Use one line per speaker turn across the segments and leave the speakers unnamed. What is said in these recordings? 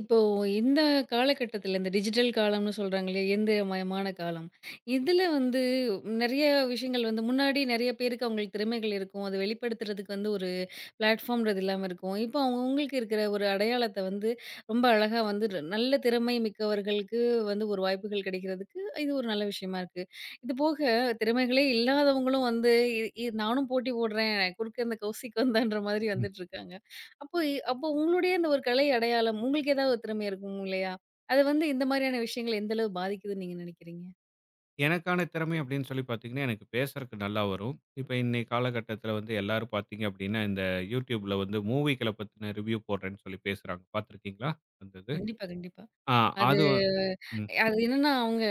இப்போ இந்த காலகட்டத்தில, இந்த டிஜிட்டல் காலம்னு சொல்றாங்க இல்லையா? இயந்திரமயமான காலம். இதில வந்து நெறைய விஷயங்கள் வந்து முன்னாடி நெறைய பேருக்கு அவங்களுக்கு திறமைகள் இருக்கும். அத வெளிப்படுத்துறதுக்கு வந்து ஒரு பிளாட்ஃபார்ம்ன்றது இல்லாம இருக்கும். இப்போ அவங்கவங்களுக்கு இருக்கிற ஒரு அடையாளத்த வந்து ரொம்ப அழகா வந்து நல்ல திறமை மிக்கவர்களுக்கு வந்து ஒரு வாய்ப்புகள் கிடைக்கிறதுக்கு இது ஒரு நல்ல விஷயமா இருக்கு. இது போக திறமைகளே இல்லாதவங்களும் வந்து இ இ நானும் போட்டி போடுறேன். குறுக்க இந்த கௌசிக் வந்தான்ற மாதிரி
ம்.
வந்துட்டுருக்காங்க. அப்போ உங்களுடைய அந்த ஒரு கலை அடையாளம் உங்களுக்கு ஏதாவது ஒரு திறமை இருக்கும் இல்லையா? அது வந்து இந்த மாதிரியான விஷயங்கள எந்த அளவு பாதிக்குதுன்னு நீங்க நினைக்கிறீங்க?
எனக்கான திறமை அப்படின்னு சொல்லி பார்த்தீங்கன்னா, எனக்கு பேசுறக்கு நல்லா வரும். இப்ப இன்னைய காலகட்டத்தில எல்லாரும் பார்த்தீங்க அப்படின்னா, இந்த YouTubeல மூவிகள பத்தின ரிவ்யூ போடுறேன்னு சொல்லி பேசுறாங்க. பார்த்துருக்கீங்களா? அந்த இது.
கண்டிப்பா, கண்டிப்பா.
ஆ
அது
அது வ- ம்.
அது என்னன்னா, அவங்க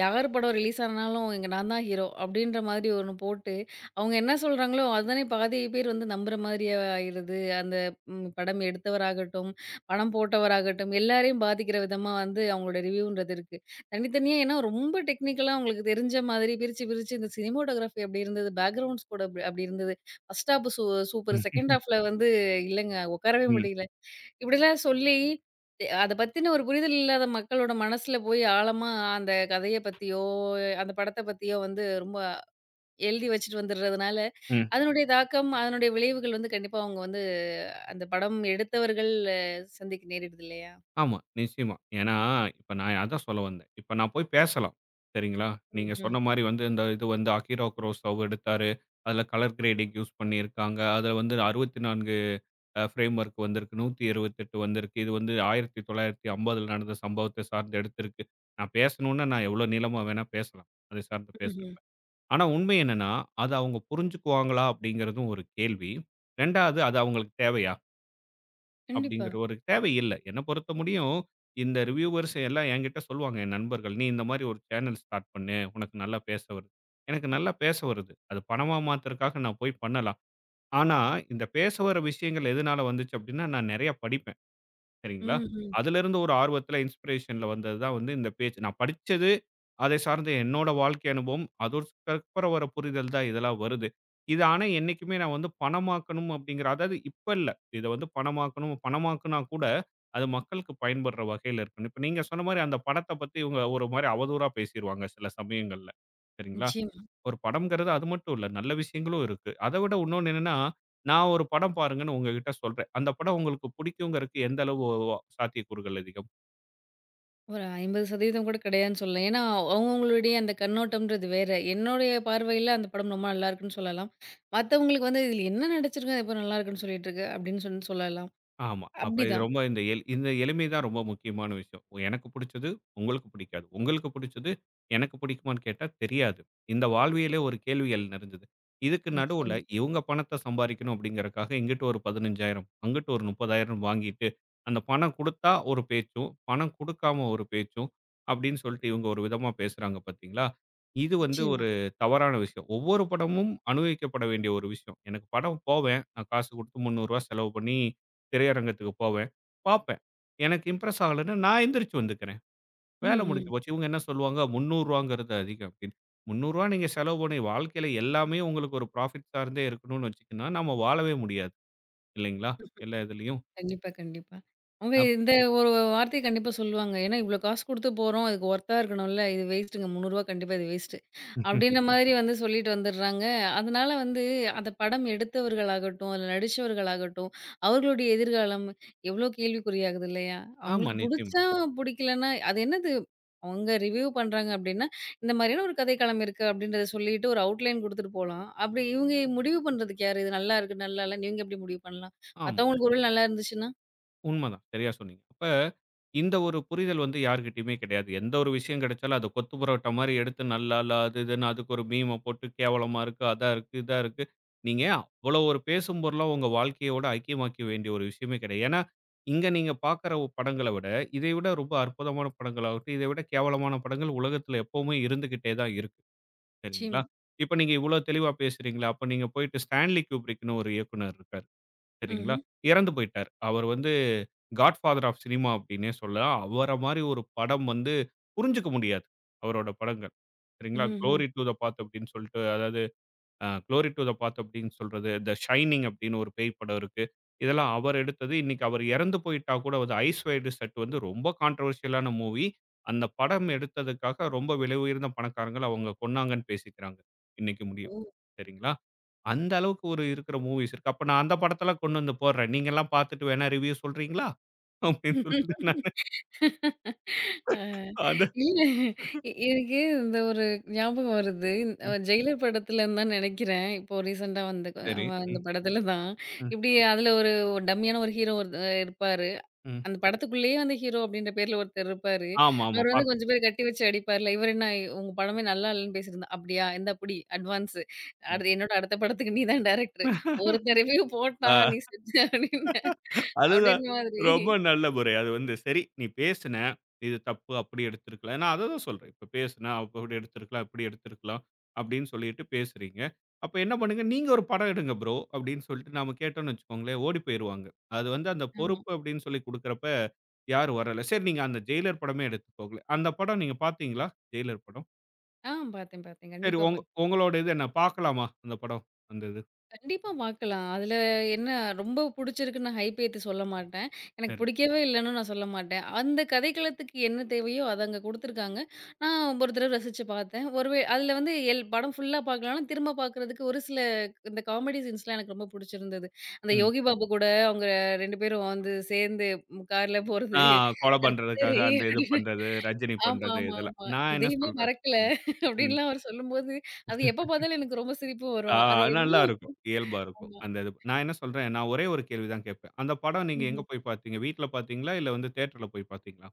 யார் படம் ரிலீஸ் ஆனாலும், "இங்க நான் தான் ஹீரோ" அப்படின்ற மாதிரி ஒண்ணு போட்டு, அவங்க என்ன சொல்றாங்களோ அதுதானே பாதி பேர் வந்து நம்புற மாதிரியே ஆயிடுது. அந்த படம் எடுத்தவராகட்டும், பணம் போட்டவராகட்டும், எல்லாரையும் பாதிக்கிற விதமா வந்து அவங்களோட ரிவ்யூன்றது இருக்கு. தனித்தனியா ஏன்னா ரொம்ப டெக்னிக்கலா அவங்களுக்கு தெரிஞ்ச மாதிரி பிரிச்சு, பிரிச்சு இந்த சினிமாட்டோகிராஃபி அப்படி இருந்தது, பேக்ரவுண்ட் ஸ்கோர் அப்படி அப்படி இருந்தது. ஃபர்ஸ்ட் ஹாஃப் சூப்பர், செகண்ட் ஹாஃப்ல வந்து இல்லங்க உட்காரவே
ம்.
முடியல. இப்படிலாம் சொல்லி, அத பத்தின ஒரு புரிதல் இல்லாத மக்களோட மனசுல போய் ஆழமா அந்த கதைய பத்தியோ, அந்த படத்த பத்தியோ வந்து ரொம்ப எழுதி வச்சுட்டு வந்துடுறதுனால,
ம்.
அதனுடைய தாக்கம், அதனுடைய விளைவுகள் வந்து கண்டிப்பா அவங்க வந்து அந்த படம் எடுத்தவர்கள் சந்திக்க நேரிடுது இல்லையா?
ஆமா, நிச்சயமா. ஏன்னா, இப்ப நான் அதான் சொல்ல வந்தேன். இப்ப நான் போய் பேசலாம். சரிங்களா? நீங்க
ம்ஹ்ம்.
சொன்ன மாரி இந்த இது அகிரா குரோசாவா எடுத்தாரு. அதுல கலர் கிரேடிங் யூஸ் பண்ணியிருக்காங்க. அதுல 64 ஃப்ரேம் ஒர்க் வந்திருக்கு. 128 வந்திருக்கு. இது 1950ல நடந்த சம்பவத்த சார்ந்து எடுத்திருக்கு. நான் பேசணும்னா, நான் எவ்வளோ நீளமா வேணா பேசலாம். அதை சார்ந்து
ம்ஹ்ம்.
பேசுறப்ப. ஆனா உண்மை என்னன்னா, அத அவங்க புரிஞ்சுக்குவாங்களா அப்படிங்கிறதும் ஒரு கேள்வி. 2வது அது அவங்களுக்கு தேவையா?
கண்டிப்பா.
அப்படிங்கிற ஒரு தேவை இல்ல. என்ன பொறுத்த முடியும், இந்த ரிவ்யூவர்ஸ் எல்லாம் என்கிட்ட சொல்லுவாங்க என் நண்பர்கள். "நீ இந்த மாரி ஒரு சேனல் ஸ்டார்ட் பண்ணு. உனக்கு நல்லா பேச வருது." எனக்கு நல்லா பேச வருது. அது பணமா மாத்துறதுக்காக நான் போய் பண்ணலாம். ஆனா, இந்த பேச வர விஷயங்கள் எதனால வந்துச்சு அப்டின்னா, நான் நெறைய படிப்பேன். சரிங்களா?
ம்ஹ்ம்.
அதிலிருந்து ஒரு ஆர்வத்தில இன்ஸ்பிரேஷன்ல வந்தது தான் இந்த பேச்சு. நான் படிச்சது, அதை சார்ந்த என்னோட வாழ்க்கை அனுபவம், அதற்கப்புறம் வர புரிதல் தான் இதெல்லாம் வருது. இது ஆனா என்னைக்குமே நான் பணமாக்கணும் அப்டிங்கிற அதாவது இப்ப இல்ல. இத பணமாக்கணும், பணமாக்குனா கூட அது மக்களுக்கு பயன்படுற வகையில இருக்கணும். இப்ப நீங்க சொன்ன மாரி அந்த படத்த பத்தி இவங்க ஒரு மாரி அவதூறா பேசிருவாங்க சில சமயங்கள்ல. சரிங்களா?
நிச்சயமா.
ஒரு படம்ங்கிறது அது மட்டும் இல்ல. நல்ல விஷயங்களும் இருக்கு. அத விட இன்னொன்னு என்னன்னா, நான் ஒரு படம் பாருங்கன்னு உங்ககிட்ட சொல்றேன். அந்த படம் உங்களுக்கு பிடிக்குங்கிறதுக்கு எந்த அளவு சாத்தியக்கூறுகள் அதிகம்?
ஒரு 50% கூட கிடையாதுன்னு சொல்லலாம். ஏன்னா, அவங்கவங்களுடைய அந்த கண்ணோட்டம்ன்றது வேற. என்னுடைய பார்வையில அந்த படம் ரொம்ப நல்லாயிருக்குன்னு சொல்லலாம். மத்தவங்களுக்கு வந்து "இதில என்ன நடிச்சிருக்கான்? இப்ப நல்லாயிருக்குன்னு சொல்லிட்டு இருக்க" அப்படின்னு சொல்லி சொல்லலாம்.
ஆமா. அப்ப இது
அப்படிதான்.
ரொம்ப இந்த இந்த எளிமை தான் ரொம்ப முக்கியமான விஷயம். எனக்கு புடிச்சது, உங்களுக்கு புடிக்காது. உங்களுக்கு புடிச்சது, எனக்கு புடிக்குமான்னு கேட்டா தெரியாது. இந்த வாழ்வியலே ஒரு கேள்விகள் நிறைஞ்சது. இதுக்கு நடுவுல
நிச்சயமா,
இவங்க பணத்த சம்பாரிக்கணும் அப்படிங்கிறக்காக இங்கிட்டு ஒரு 15,000 அங்கிட்டு ஒரு 30,000 வாங்கிட்டு, அந்த பணம் குடுத்தா ஒரு பேச்சும், பணம் குடுக்காம ஒரு பேச்சும் அப்படின்னு சொல்லிட்டு இவங்க ஒரு விதமா பேசுறாங்க பார்த்தீங்களா? இது
நிச்சயமா.
ஒரு தவறான விஷயம். ஒவ்வொரு படமும் அனுபவிக்கப்பட வேண்டிய ஒரு விஷயம். எனக்கு படம் போவேன். நான் காசு குடுத்து ரூ. 300 செலவு பண்ணி திரையரங்கத்துக்கு போவேன். பார்ப்பேன். எனக்கு இம்ப்ரெஸ் ஆகலன்னா, நான் எந்திரிச்சு வந்துக்கிறேன்.
ம்,
வேலை முடிஞ்சு
ம்.
போச்சு. இவங்க என்ன சொல்லுவாங்க, "ரூ. 300ங்கிறது அதிகம்" அப்படின்னு. ரூ. 300 நீங்க செலவு பண்ணி வாழ்க்கையில எல்லாமே உங்களுக்கு ஒரு ப்ராஃபிட் சார்ந்தே இருக்கணும்னு வச்சுக்கன்னா, நம்ம வாழவே முடியாது. இல்லைங்களா? எல்லா இதுலயும்.
கண்டிப்பா, கண்டிப்பா. அவங்க
அப்
இந்த ஒரு வார்த்தைய கண்டிப்பா சொல்லுவாங்க. ஏன்னா, இவ்ளோ காசு குடுத்து போறோம். அதுக்கு ஒர்த்தா இருக்கணும்ல. இது வேஸ்ட்டுங்க. ரூ. 300 கண்டிப்பா இது வேஸ்ட்டு.
ம்.
அப்படின்ற கண்டிப்பா. மாரி வந்து சொல்லிட்டு வந்துடுறாங்க. அதனால வந்து அந்த படம் எடுத்தவர்களாகட்டும், அதுல நடிச்சவர்களாகட்டும், அவர்களுடைய எதிர்காலம் எவ்ளோ கேள்விக்குறியாகுது இல்லையா?
ஆமா,
அவங்களுக்கு
நிச்சயமா.
புடிச்சா கண்டிப்பா. புடிக்கலன்னா, அது என்னது? அவங்க ரிவ்யூ பண்றாங்க அப்படின்னா, இந்த மாரியான ஒரு கதைக்களம் இருக்கு அப்படின்றத சொல்லிட்டு ஒரு அவுட்லைன் குடுத்துட்டு போலாம். அப்படி இவங்க முடிவு பண்றதுக்கு யாரு? இது நல்லா இருக்கு, நல்லா இல்லன்னு இவங்க எப்படி முடிவு பண்ணலாம்?
ஆமா.
மத்தவங்களுக்கு ஒருவேள நல்லா இருந்துச்சுன்னா?
உண்மதான். சரியா சொன்னீங்க. அப்ப இந்த ஒரு புரிதல் யார்கிட்டயுமே கிடையாது. எந்த ஒரு விஷயம் கிடைச்சாலும் அத கொத்து பரோட்டா மாரி எடுத்து நல்லா இல்ல, அது இதுன்னு அதுக்கு ஒரு மீம போட்டு கேவலமா இருக்கு, அதா இருக்கு, இதா இருக்கு. நீங்க அவ்வளோ ஒரு பேசும் பொருளா உங்க வாழ்க்கையோட ஐக்கியமாக்க வேண்டிய ஒரு விஷயமே கிடையாது. ஏன்னா, இங்க நீங்க பார்க்குற படங்கள விட, இதை விட ரொம்ப அற்புதமான படங்களாகட்டும், இதை விட கேவலமான படங்கள் உலகத்துல எப்பவுமே இருந்துகிட்டே தான் இருக்கு. சரிங்களா?
நிச்சயமா.
இப்ப நீங்க இவ்வளோ தெளிவா பேசுறீங்களா, அப்ப நீங்க போயிட்டு ஸ்டான்லி கியூப்ரிக்ன்னு ஒரு இயக்குனர் இருக்காரு. சரிங்களா?
ம்ஹ்ம்.
இறந்து போயிட்டாரு. அவர் காட்ஃபாதர் ஆஃப் சினிமா அப்படின்னே சொல்லலாம். அவர மாரி ஒரு படம் புரிஞ்சுக்க முடியாது. அவரோட படங்கள். சரிங்களா?
ம்ஹ்ம்.
"குளோரி டூ த பாத்" அப்படின்னு சொல்லிட்டு அதாவது "குளோரி டூ த பாத்" அப்படின்னு சொல்றது, "த ஷைனிங்" அப்படின்னு ஒரு பேய் படம் இருக்கு. இதெல்லாம் அவர் எடுத்தது. இன்னைக்கு அவர் இறந்து போயிட்டா கூட "ஐஸ் வைட் ஷட்" ரொம்ப கான்ட்ரோவர்ஷியலான மூவி. அந்த படம் எடுத்ததுக்காக ரொம்ப விலை உயர்ந்த பணக்காரங்கள அவங்க கொன்னாங்கன்னு பேசிக்கிறாங்க. இன்னைக்கு முடியும். சரிங்களா? அந்த அளவுக்கு ஒரு இருக்கிற மூவிஸ் இருக்கு. அப்ப நான் அந்த படத்தெல்லாம் கொண்டு வந்து போடுறேன். நீங்கலாம் பார்த்துட்டு வேணா ரிவ்யூ சொல்றீங்களா? அப்படின்னு சொல்லிட்டு நான்
ஆ
அத
இல்ல எனக்கு இந்த ஒரு ஞாபகம் வருது.
ம்
ஜெயிலர் படத்துலன்னு தான் நெனைக்கிறேன். இப்போ ரீசென்ட்டா வந்த
சரி.
அவன் அந்த
ம்,
படத்துல தான்.
ம்,
இப்டி அதுல ஒரு டம்மியான ஒரு ஹீரோ இருப்பாரு.
ம்.
அந்த படத்துக்குள்ளேயே வந்து ஹீரோ அப்டின்ற பேர்ல ஒருத்தர் இருப்பாரு.
ஆமா, ஆமா.
அவர் வந்து கொஞ்சம்
பார்த்துருக்கேன்.
பேர் கட்டி வச்சு அடிப்பார்ல. இவர் என்ன உங்க படமே நல்லா இல்லன்னு பேசியிருந்தான். அப்டியா? இந்தா புடி அட்வான்ஸு.
ம்.
அடுத்து என்னோட அடுத்த படத்துக்கு நீ தான் டைரக்டரு. ஒருத்தன் ரிவ்யூ
ஆ.
போட்டான். நீ செத்த அப்டின்னு.
அதுதான்.
அப்படின்னு மாதிரி.
ரொம்ப நல்ல முறை. அது சரி நீ பேசின. இது தப்பு அப்படி எடுத்திருக்கலாம். நான் அததான் சொல்றேன். இப்ப பேசின அப்படி எடுத்திருக்கலாம், இப்படி எடுத்திருக்கலாம் அப்படின்னு சொல்லிட்டு பேசுறீங்க. அப்ப என்ன பண்ணுங்க, நீங்க ஒரு படம் எடுங்க ப்ரோ அப்படின்னு சொல்லிட்டு நாம கேட்டோம்னு வச்சுக்கோங்களேன், ஓடி போயிருவாங்க. அது அந்த
ஆமா.
பொறுப்பு அப்படின்னு சொல்லி குடுக்குறப்ப யாரும் வரல. சரி நீங்க அந்த ஜெயிலர் படமே எடுத்துக்கோங்களேன். அந்த படம் நீங்க பார்த்தீங்களா? ஜெயிலர் படம்.
ஆ பார்த்தேன், பார்த்தேன்.
சரி
கண்டிப்பா பார்த்தேன்.
உங்களோட இது என்ன பார்க்கலாமா அந்த படம்? அந்த இது.
கண்டிப்பா பார்க்கலாம். அதுல என்ன ரொம்ப புடிச்சிருக்குன்னு ஹைப் ஏத்தி சொல்ல மாட்டேன். எனக்கு
சரி.
புடிக்கவே இல்லன்னு நான் சொல்ல மாட்டேன். அந்த கதைக்களத்துக்கு என்ன தேவையோ அத அங்க குடுத்துருக்காங்க. நான் ஒரு தடவ ரசிச்சு பார்த்தேன். அதுல வந்து எல் படம் ஃபுல்லா பார்க்கலனாலும் திரும்ப பார்க்குறதுக்கு ஒரு சில இந்த காமெடி சீன்ஸ்லாம் எனக்கு ரொம்ப புடிச்சிருந்தது. அந்த
ம்.
யோகி பாபு கூட அவங்க 2 பேரும் வந்து சேர்ந்து கார்ல
ஆ
போறது.
கொலை பண்றதுக்காக
கர்த்தரே!
அந்த இது பண்றது, ரஜினி
ஆமா,
பண்றது
ஆமா,
இதெல்லாம்.
ஆமா.
நான் என்ன
"எதையுமே
சொல்றேன்
மறக்கல"
ம், ம்.
அப்படின்லாம் அவர் சொல்லும்போது, அது எப்ப பார்த்தாலும் எனக்கு ரொம்ப சிரிப்பு
ஆ
வரும். அது
நல்லா
எவ்ளோ
இருக்கும். இயல்பா இருக்கும்.
ஆமா.
அந்த இது. நான் என்ன சொல்றேன், நான் ஒரே ஒரு கேள்வி தான் கேட்பேன். அந்த படம் நீங்க எங்க
ம்ஹ்ம்.
போய் பார்த்தீங்க? வீட்ல பார்த்தீங்களா? இல்ல தியேட்டர்ல போய் பார்த்தீங்களா?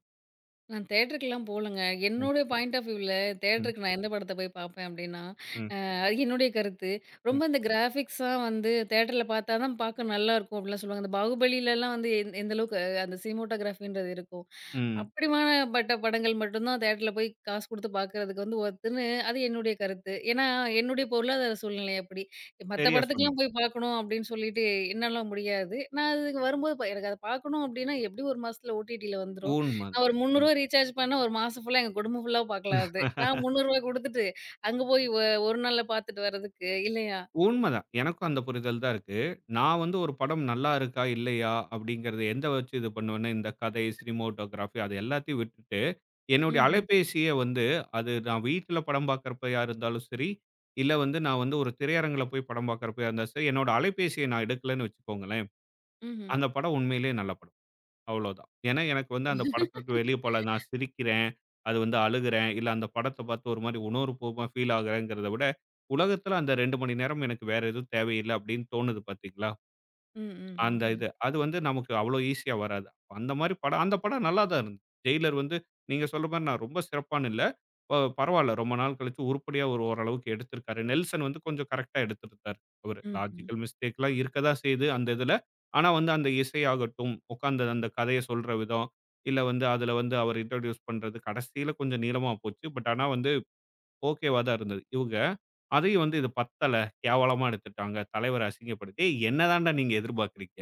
நான் தியேட்டருக்குலாம் போலங்க.
ம்,
என்னோட பாயிண்ட் ஆஃப் வியூல
ம்,
தியேட்டருக்கு நான் எந்த படத்த போய் பார்ப்பேன் அப்படின்னா,
ம்,
அது என்னுடைய கருத்து.
ம்,
ரொம்ப இந்த கிராஃபிக்ஸா வந்து தியேட்டர்ல பார்த்தா தான் பார்க்க நல்லாருக்கும் அப்டிலாம் சொல்லுவாங்க. இந்த பாகுபலிலலாம் வந்து எந்த அளவுக்கு அந்த சினிமோட்டோகிராஃபின்றது இருக்கும்.
ம்.
அப்படிமானப்பட்ட படங்கள் மட்டும் தான் தியேட்டர்ல போய் காசு குடுத்து பார்க்கறதுக்கு வந்து ஒர்த்துன்னு அது என்னுடைய கருத்து. ஏன்னா, என்னுடைய பொருளாதார சூழ்நிலை அப்படி. மத்த
சரியா சொன்னீங்க.
படத்துக்கெல்லாம் போய் பார்க்கணும் அப்படின்னு சொல்லிட்டு என்னால முடியாது. நான் அதுக்கு வரும்போது எனக்கு அத பார்க்கணும் அப்படின்னா எப்படியும் 1 மாசத்துல ஓடிடில வந்துரும்.
உண்மதான்.
நான் ஒரு ரூ.
ம்.
300 ரீசார்ஜ் பண்ணா 1 மாசம் ஃபுல்லா எங்க குடும்பம் ஃபுல்லா பார்க்கலாம் அது. நான் ரூ. 300 குடுத்துட்டு அங்க போய் ஒரு நாள்ல பார்த்துட்டு வர்றதுக்கு இல்லையா?
உண்மதான். எனக்கும் அந்த புரிதல் தான் இருக்கு. நான் ஒரு படம் நல்லா இருக்கா? இல்லையா? அப்படிங்கிறத எந்த வச்சு இது பண்ணுவேன்னா, இந்த கதை, சினிமாட்டோகிராஃபி அது எல்லாத்தையும் விட்டுட்டு என்னுடைய
ம்ஹ்ம்.
அலைபேசிய, அது நான் வீட்ல படம் பார்க்கிறப்பயா இருந்தாலும் சரி, இல்ல வந்து நான் வந்து ஒரு திரையரங்குல போய் படம் பார்க்கிறப்பயா இருந்தாலும் சரி, என்னோட அலைபேசிய நான் எடுக்கலன்னு வச்சுக்கோங்களேன்,
ம்ஹ்ம்.
அந்த படம் உண்மையிலேயே நல்ல படம். அவ்வளோதான். ஏன்னா, எனக்கு அந்த படத்துக்கு வெளிய போல நான் சிரிக்கிறேன், அது அழுகுறேன், இல்ல அந்த படத்த பார்த்து ஒரு மாரி உணர்வுபூர்வமா ஃபீல் ஆகுறேங்கிறத விட, உலகத்துல அந்த 2 மணி நேரம் எனக்கு வேற எதுவும் தேவையில்ல அப்படின்னு தோணுது பார்த்தீங்களா?
ம், ம்,
அந்த
ம், ம்,
இது. அது நமக்கு அவ்வளோ ஈஸியா வராது. அந்த மாரி படம் அந்த படம் நல்லா தான் இருந்தது. ஜெயிலர் நீங்க சொல்ற மாரி நான் ரொம்ப சிறப்பான்னு இல்ல. பரவால்ல. ரொம்ப நாள் கழிச்சு உருப்படியா ஒரு ஓரளவுக்கு எடுத்திருக்காரு. நெல்சன் கொஞ்சம் கரெக்ட்டா எடுத்திருந்தாரு அவரு.
ம்ஹ்ம்.
லாஜிக்கல் மிஸ்டேக்லாம் இருக்க தான் செய்யுது அந்த இதுல. ஆனா அந்த இசையாகட்டும், உட்கார்ந்து அந்த கதைய சொல்ற விதம், இல்ல அதுல அவர் இன்ட்ரோடியூஸ் பண்றது கடைசியில கொஞ்சம் நீளமா போச்சு. பட் ஆனா ஓகேவா தான் இருந்தது. இவுங்க அதையும் இது பத்தல, கேவலமா எடுத்துட்டாங்க, தலைவர அசிங்கப்படுத்தி, "ஏய் என்ன தான்டா நீங்க எதிர்பார்க்கிறீங்க?"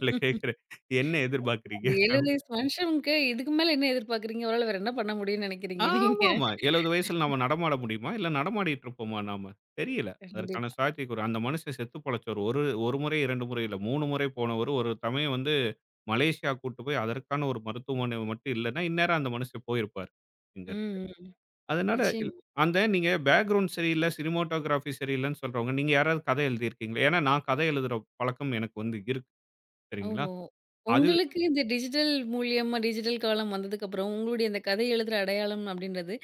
இல்ல கேட்கிறேன். என்ன
அந்த
எதிர்பார்க்கிறீங்க?
70 வயசு மனுஷனுக்கு இதுக்கு மேல என்ன எதிர்பார்க்குறீங்க? அவரால வேற என்ன பண்ண முடியும்னு நினைக்கிறீங்க நீங்க?
ஆமாமா. 70 வயசுல நாம நடமாட முடியுமா? இல்ல நடமாடிட்டு இருப்போமா நாம? தெரியல. அதற்கான
கண்டிப்பா.
சாத்தியக்கூறு அந்த மனுஷன் செத்து பொழச்சவரு. ஒரு 1 முறை 2 முறை இல்ல 3 முறை போனவரு. ஒரு சமயம் மலேசியா கூட்டு போய் அதற்கான ஒரு மருத்துவமனை மட்டும் இல்லன்னா, இந்நேரம் அந்த மனுஷன் போயிருப்பாரு. இங்கருந்து.
ம், ம்.
அதனால இல்
நிச்சயமா.
அந்த நீங்க பேக்கிரவுண்ட் சரியில்ல, சினிமாட்டோகிராஃபி சரியில்லன்னு சொல்றவங்க, நீங்க யாராவது கதை எழுதியிருக்கீங்களா? ஏன்னா நான் கதை எழுதுற பழக்கம் எனக்கு இருக்கு. சரிங்களா?
ஓஹோ!
அது
உங்களுக்கு இந்த டிஜிட்டல் மூலியமா டிஜிட்டல் காலம் வந்ததுக்கு அப்புறம், உங்களுடைய அந்த கதை எழுதுற அடையாளம் அப்படின்றது,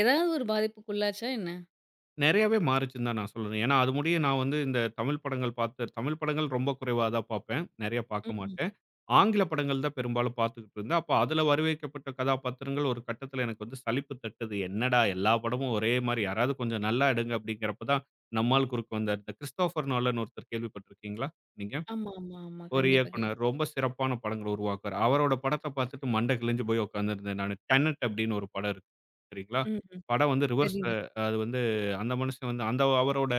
ஏதாவது ஒரு பாதிப்புக்குள்ளாச்சா என்ன?
நெறையாவே மாறுச்சுன்னு தான் நான் சொல்லணும். ஏன்னா, அது முடிய நான் வந்து இந்த தமிழ் படங்கள் பார்த்து தமிழ் படங்கள் ரொம்ப குறைவா தான் பார்ப்பேன். நெறைய பார்க்க
ம்ஹ்ம்.
மாட்டேன். ஆங்கில படங்கள் தான் பெரும்பாலும் பார்த்துக்கிட்டு இருந்தேன். அப்ப அதுல வரவேற்கப்பட்ட கதாபாத்திரங்கள் ஒரு கட்டத்துல எனக்கு சலிப்பு தட்டுது. என்னடா எல்லா படமும் ஒரே மாரி யாராவது கொஞ்சம் நல்லா எடுங்க அப்படிங்கிறப்ப தான் நம்மால் குறுக்க வந்தார். இந்த கிறிஸ்டோபர் நோலன் ஒருத்தர் கேள்விப்பட்டிருக்கீங்களா நீங்க?
ஆமா, ஆமா, ஆமா.
ஒரு
கண்டிப்பா,
இயக்குனர்.
கண்டிப்பா.
ரொம்ப சிறப்பான படங்கள உருவாக்குவாரு. அவரோட படத்த பார்த்துட்டு மண்டை கிழிஞ்சு போய் உட்கார்ந்திருந்தேன் நானு. டெனட் அப்படின்னு ஒரு படம் இருக்கு. சரிங்களா?
ம்ஹ்ம்.
படம் ரிவர்ஸ்ல
தெரியும், தெரியும்.
அது அந்த மனுஷன் அந்த அவரோட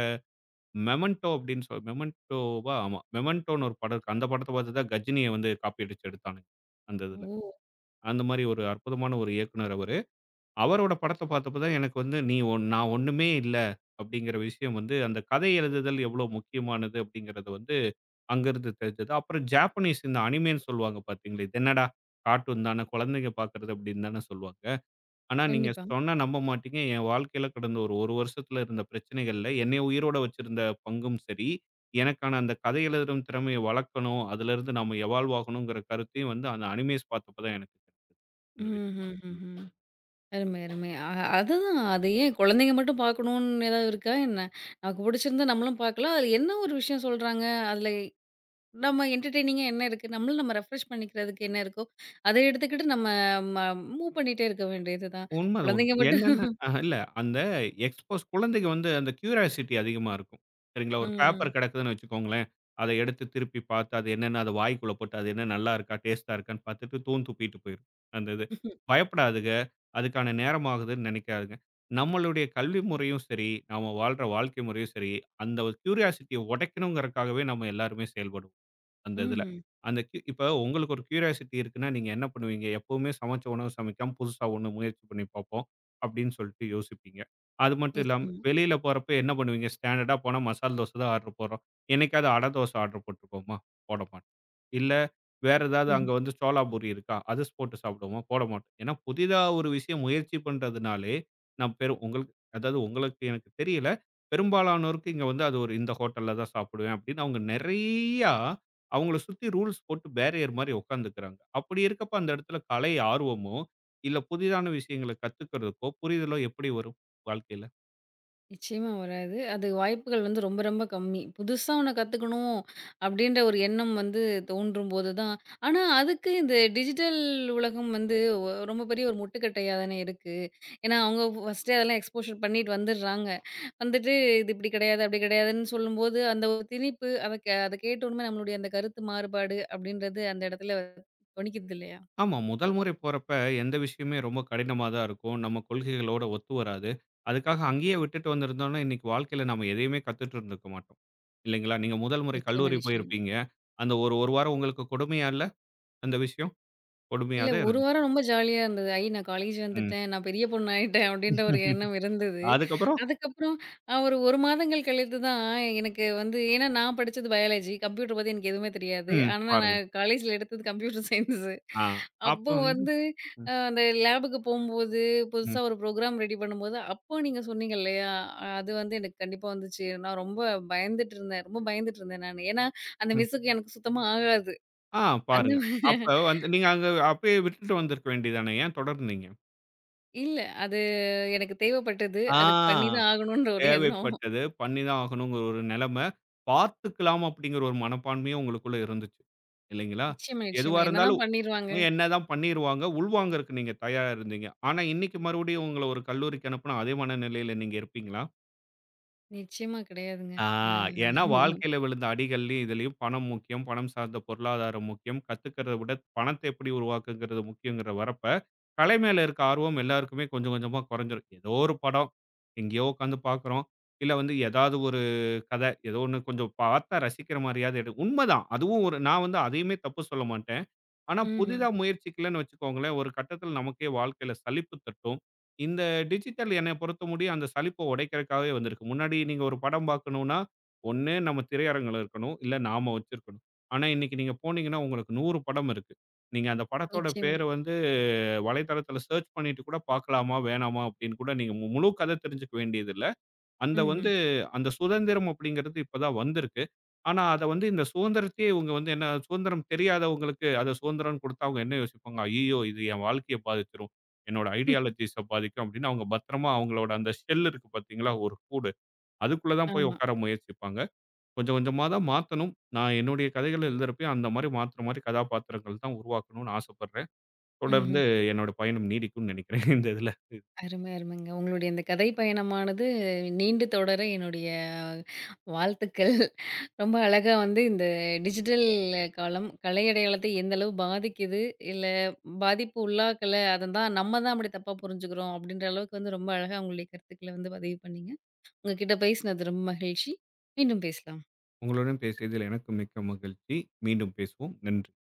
மெமெண்டோ அப்படின்னு மெமெண்டோவா? ஆமா. மெமெண்டோன்னு ஒரு படம் இருக்கு. அந்த படத்த பார்த்து தான் கஜினிய காப்பி அடிச்சு எடுத்தானுங்க. அந்த இதுல.
ஓ!
அந்த மாரி ஒரு அற்புதமான ஒரு இயக்குனர் அவரு. அவரோட படத்த பார்த்தப்ப தான் எனக்கு வந்து நீ ஒன் நான் ஒண்ணுமே இல்ல அப்படிங்கிற விஷயம் அந்த கதை எழுதுதல் எவ்வளோ முக்கியமானது அப்படிங்கிறத அங்கருந்து தெரிஞ்சது. அப்புறம் ஜாப்பனீஸ் இந்த அனிமேன்னு சொல்லுவாங்க பார்த்தீங்களா, இது என்னடா கார்ட்டூன் தான, குழந்தைங்க பார்க்குறது அப்படின்னு தான சொல்லுவாங்க. ஆனா நீங்க
கண்டிப்பா.
சொன்னா நம்ப மாட்டீங்க. என் வாழ்க்கையில கடந்த ஒரு 1 வருஷத்துல இருந்த பிரச்சனைகள்ல என்னைய உயிரோட வச்சிருந்த பங்கும் சரி, எனக்கான அந்த கதை எழுதும் திறமைய வளர்க்கணும், அதுலருந்து நாம எவால்வ் ஆகணுங்கிற கருத்தையும் அந்த அனிமேஸ் பார்த்தப்ப தான் எனக்கு கிடைச்சது. இந்த விஷயம்.
ம்ஹ்ஹ்ஹ்ம். அருமை, அருமை. அதுதான். அது ஏன் குழந்தைங்க மட்டும் பார்க்கணும்னு ஏதாவது இருக்கா என்ன? நமக்கு பிடிச்சிருந்தா நம்மளும் பார்க்கலாம். அதுல என்ன ஒரு விஷயம் சொல்றாங்க? அதுல நம்ம என்டர்டெய்னிங்கா என்ன இருக்கு? நம்மளும் நம்ம ரெஃப்ரெஷ் பண்ணிக்கிறதுக்கு என்ன இருக்கோ, அத எடுத்துக்கிட்டு நம்ம ம மூவ் பண்ணிட்டே இருக்க வேண்டியது தான்.
உண்ம அது உண்ம.
குழந்தைங்க
என்னன்னா
மட்டும்
அஹ இல்ல அந்த எக்ஸ்போஸ் குழந்தைக்கு அந்த கியூரியாசிட்டி அதிகமா இருக்கும். சரிங்களா?
ம்,
ஒரு
ம்.
பேப்பர் கிடக்குதுன்னு வச்சுக்கோங்களேன். அத எடுத்து திருப்பி பார்த்து அது என்னன்னு அது வாய்க்குள்ள போட்டு அது என்ன நல்லா இருக்கா? டேஸ்ட்டா இருக்கான்னு பார்த்துட்டு தூண் துப்பிட்டு போயிரும். அந்த இது. பயப்படாதுக. அதுக்கான நேரம் ஆகுதுன்னு நினைக்காதுங்க. நம்மளுடைய கல்வி முறையும் சரி, நாம வாழ்ற வாழ்க்கை முறையும் சரி, அந்த ஒரு கியூரியாசிட்டிய உடைக்கணுங்கிறக்காகவே நம்ம எல்லாருமே செயல்படுவோம். அந்த இதுல.
ம்ஹ்ம்.
அந்த க் இப்ப உங்களுக்கு ஒரு கியூரியாசிட்டி இருக்குன்னா, நீங்க என்ன பண்ணுவீங்க? எப்பவுமே சமைச்ச உணவு சமைக்காம, புதுசா ஒண்ணு முயற்சி பண்ணி பார்ப்போம், அப்படின்னு சொல்லிட்டு யோசிப்பீங்க. அது மட்டும் இல்லாம,
நிச்சயமா. ம்.
வெளியில போறப்ப என்ன பண்ணுவீங்க? ஸ்டாண்டர்டா போனா மசால் தோசை தான் ஆர்டர் போடுறோம். என்னைக்காவது அடை தோசை ஆர்டர் போட்டுருக்கோமா? போட மாட்டோம். இல்ல வேற ஏதாவது
நிச்சயம்
அங்க சோலா பூரி இருக்கா? அது ஸ் போட்டு சாப்பிடுவோமா? போட மாட்டோம். ஏன்னா புதிதா ஒரு விஷயம் முயற்சி பண்றதுனாலே, நான் பெரும் உங்களுக்கு அதாவது உங்களுக்கு எனக்கு தெரியல. பெரும்பாலானோருக்கு இங்க அது ஒரு இந்த ஹோட்டல்ல தான் சாப்பிடுவேன் அப்படின்னு அவங்க நெறையா அவங்கள சுத்தி ரூல்ஸ் போட்டு பேரியர் மாரி உட்காந்துக்கிறாங்க. அப்படி இருக்கப்ப அந்த இடத்துல கலை ஆர்வமோ, இல்ல புதிதான விஷயங்கள கத்துக்கிறதுக்கோ, புரிதலோ எப்படி வரும் வாழ்க்கையில?
நிச்சயமா வராது. அது வாய்ப்புகள் வந்து ரொம்ப ரொம்ப கம்மி. புதுசா ஒண்ணு கத்துக்கணும் அப்டின்ற ஒரு எண்ணம் வந்து தோன்றும்போது தான் ஆனா அதுக்கு இந்த டிஜிட்டல் உலகம் வந்து ரொம்ப பெரிய ஒரு முட்டுக்கட்டையா தானே இருக்கு. ஏன்னா, அவங்க ஃபர்ஸ்ட்டே அதெல்லாம் எக்ஸ்போஷர் பண்ணிட்டு வந்துடுறாங்க. வந்துட்டு இது இப்டி கிடையாது, அப்டி கிடையாதுன்னு சொல்லும்போது, அந்த ஒரு திணிப்பு அத கேட்டோனமே நம்மளுடைய அந்த கருத்து மாறுபாடு அப்டின்றது அந்த இடத்துல தொனிக்குது இல்லையா?
ஆமா. முதல் முறை போறப்ப எந்த விஷயமே ரொம்ப கடினமா தான் இருக்கும். நம்ம கொள்கைகளோட ஒத்து வராது. அதுக்காக அங்கேயே விட்டுட்டு வந்திருந்தோம்னா, இன்னைக்கு வாழ்க்கையில நம்ம எதையுமே கத்துட்டு இருந்திருக்க மாட்டோம். இல்லைங்களா? நீங்க முதல் முறை
நிச்சயமா,
கல்லூரி
நிச்சயமா.
போயிருப்பீங்க. அந்த ஒரு 1 வாரம் உங்களுக்கு கொடுமையா இல்ல? அந்த விஷயம் கொடுமையா
இல்ல
தான்
1
இருந்தது.
வாரம் ரொம்ப ஜாலியா இருந்தது. ஐ! நான் காலேஜ்
ம்.
வந்துட்டேன். நான் பெரிய பொண்ணு ஆயிட்டேன் அப்டின்ற ஒரு எண்ணம் இருந்தது.
அதுக்கப்புறம்
அதுக்கப்புறம் ஒரு 1 மாதங்கள் கழித்து தான் எனக்கு வந்து ஏன்னா நான் படிச்சது பயாலஜி. கம்ப்யூட்டர் பத்தி எனக்கு எதுவுமே தெரியாது.
ம்.
ஆனா
பாருங்க.
நான் காலேஜ்ல எடுத்தது கம்ப்யூட்டர் சயின்ஸ்.
ஆ. அப்ப
அப்போ வந்து
ம்,
அந்த லேபுக்கு போம்போது,
ம், ம்.
புதுசா ஒரு ப்ரோகிராம் ரெடி பண்ணும்போது, அப்போ நீங்க சொன்னீங்க இல்லையா? அது வந்து எனக்கு கண்டிப்பா வந்துச்சு. நான் ரொம்ப பயந்துட்டு இருந்தேன். ரொம்ப பயந்துட்டு இருந்தேன் நானு. ஏன்னா அந்த மிஸ்ஸுக்கு எனக்கு சுத்தமா ஆகாது.
ஆ
அந்த
பாருங்க. அப்ப நீங்க அங்க அப்பயே விட்டுட்டு வந்திருக்க வேண்டியது தானே? ஏன் தொடர்ந்தீங்க?
இல்ல. அது எனக்கு தேவைப்பட்டது. அதுக்கு பண்ணி
ஆ.
தான் ஆகணுன்ற ஒரு எண்ணம்.
தேவைப்பட்டது. பண்ணி தான் ஆகணுங்கிற ஒரு நிலைமை. பார்த்துக்கலாம் அப்படிங்கிற ஒரு மனப்பான்மையும் உங்களுக்குள்ள இருந்துச்சு. இல்லைங்களா?
நிச்சயமா,
எதுவா
நிச்சயமா. என்னதான்
இருந்தாலும்
பண்ணிருவாங்க?
என்னதான் பண்ணிருவாங்க. உள்வாங்கறக்கு நீங்க தயாரா இருந்தீங்க. ஆனா இன்னைக்கு மறுபடியும் உங்கள ஒரு கல்லூரிக்கு அனுப்புனா அதே மனநிலையில நீங்க இருப்பீங்களா?
நிச்சயமா கிடையாதுங்க.
ஆ,
ஆ.
ஏன்னா வாழ்க்கையில விழுந்த அடிகள்லயும், இதுலயும் பணம் முக்கியம். பணம் சார்ந்த பொருளாதாரம் முக்கியம். கத்துக்கிறத விட பணத்த எப்படி உருவாக்குங்கிறது முக்கியங்கிற வரப்ப, கலை மேல இருக்க ஆர்வம் எல்லாருக்குமே கொஞ்சம் கொஞ்சமா குறைஞ்சிரும். ஏதோ ஒரு படம், எங்கேயோ உட்காந்து பார்க்குறோம். இல்ல ஏதாவது ஒரு கதை, ஏதோ ஒண்ணு கொஞ்சம் பார்த்தா ரசிக்கிற மாரியாவது எடு உண்மதான். அதுவும் ஒரு நான் அதையுமே தப்பு சொல்ல மாட்டேன். ஆனா,
ம்ஹ்ம்.
புதிதா முயற்சிக்கலன்னு வச்சுக்கோங்களேன், ஒரு கட்டத்தில நமக்கே வாழ்க்கையில சலிப்பு தட்டும். இந்த டிஜிட்டல் என்னைய பொறுத்தமுடியும் அந்த சலிப்ப உடைக்கிறதுக்காகவே வந்திருக்கு. முன்னாடி நீங்க ஒரு படம் பார்க்கணும்னா, ஒண்ணு நம்ம திரையரங்குல இருக்கணும், இல்ல நாம வச்சிருக்கணும். ஆனா, இன்னைக்கு நீங்க போனீங்கன்னா, உங்களுக்கு 100 படம் இருக்கு. நீங்க அந்த படத்தோட
நிச்சயமா.
பேர வலைத்தளத்தில சர்ச் பண்ணிட்டு கூட பார்க்கலாமா, வேணாமா அப்படின்னு கூட நீங்க முழு கதை தெரிஞ்சுக்க வேண்டியதில்ல. அந்த
ம்ஹ்ம்.
வந்து அந்த சுதந்திரம் அப்படிங்கிறது இப்பதான் வந்திருக்கு. ஆனா, அத இந்த சுதந்திரத்தையே இவங்க என்ன சுதந்திரம் தெரியாதவங்களுக்கு அத சுதந்திரம்னு குடுத்தா அவங்க என்ன யோசிப்பாங்க? ஐய்யயோ! இது என் வாழ்க்கைய பாதிச்சிரும். என்னோட ஐடியாலஜிஸ பாதிக்கும் அப்படின்னு அவங்க பத்திரமா அவங்களோட அந்த ஷெல் இருக்கு பார்த்தீங்களா? ஒரு கூடு. அதுக்குள்ள தான் போய்
ஆமா.
உட்கார முயற்சிப்பாங்க. கொஞ்சம் கொஞ்சமா தான் மாத்தணும். நான் என்னுடைய கதைகள் எழுதுறப்பயும் அந்த மாரி மாத்துற மாரி கதாபாத்திரங்கள் தான் உருவாக்கணும்னு ஆசைப்படுறேன். தொடர்ந்து
ம்ஹ்ம்.
என்னோட பயணம் நீடிக்கும்னு நினைக்கிறேன் இந்த இதுல.
அருமை, அருமைங்க. உங்களுடைய இந்த கதை பயணமானது நீண்டு தொடர என்னுடைய வாழ்த்துக்கள். ரொம்ப அழகா வந்து இந்த டிஜிட்டல் காலம் கலை அடையாளத்தை எந்த அளவு பாதிக்குது, இல்ல பாதிப்பு உள்ளாக்கல. அததான் நம்ம தான் அப்படி தப்பா புரிஞ்சுக்கிறோம் அப்படின்ற அளவுக்கு வந்து ரொம்ப அழகா உங்களுடைய கருத்துக்கள வந்து பதிவு பண்ணீங்க. உங்ககிட்ட பேசினது ரொம்ப மகிழ்ச்சி. மீண்டும் பேசலாம்.
உங்களுடன் பேசியதில் எனக்கு மிக்க மகிழ்ச்சி. மீண்டும் பேசுவோம். நன்றி.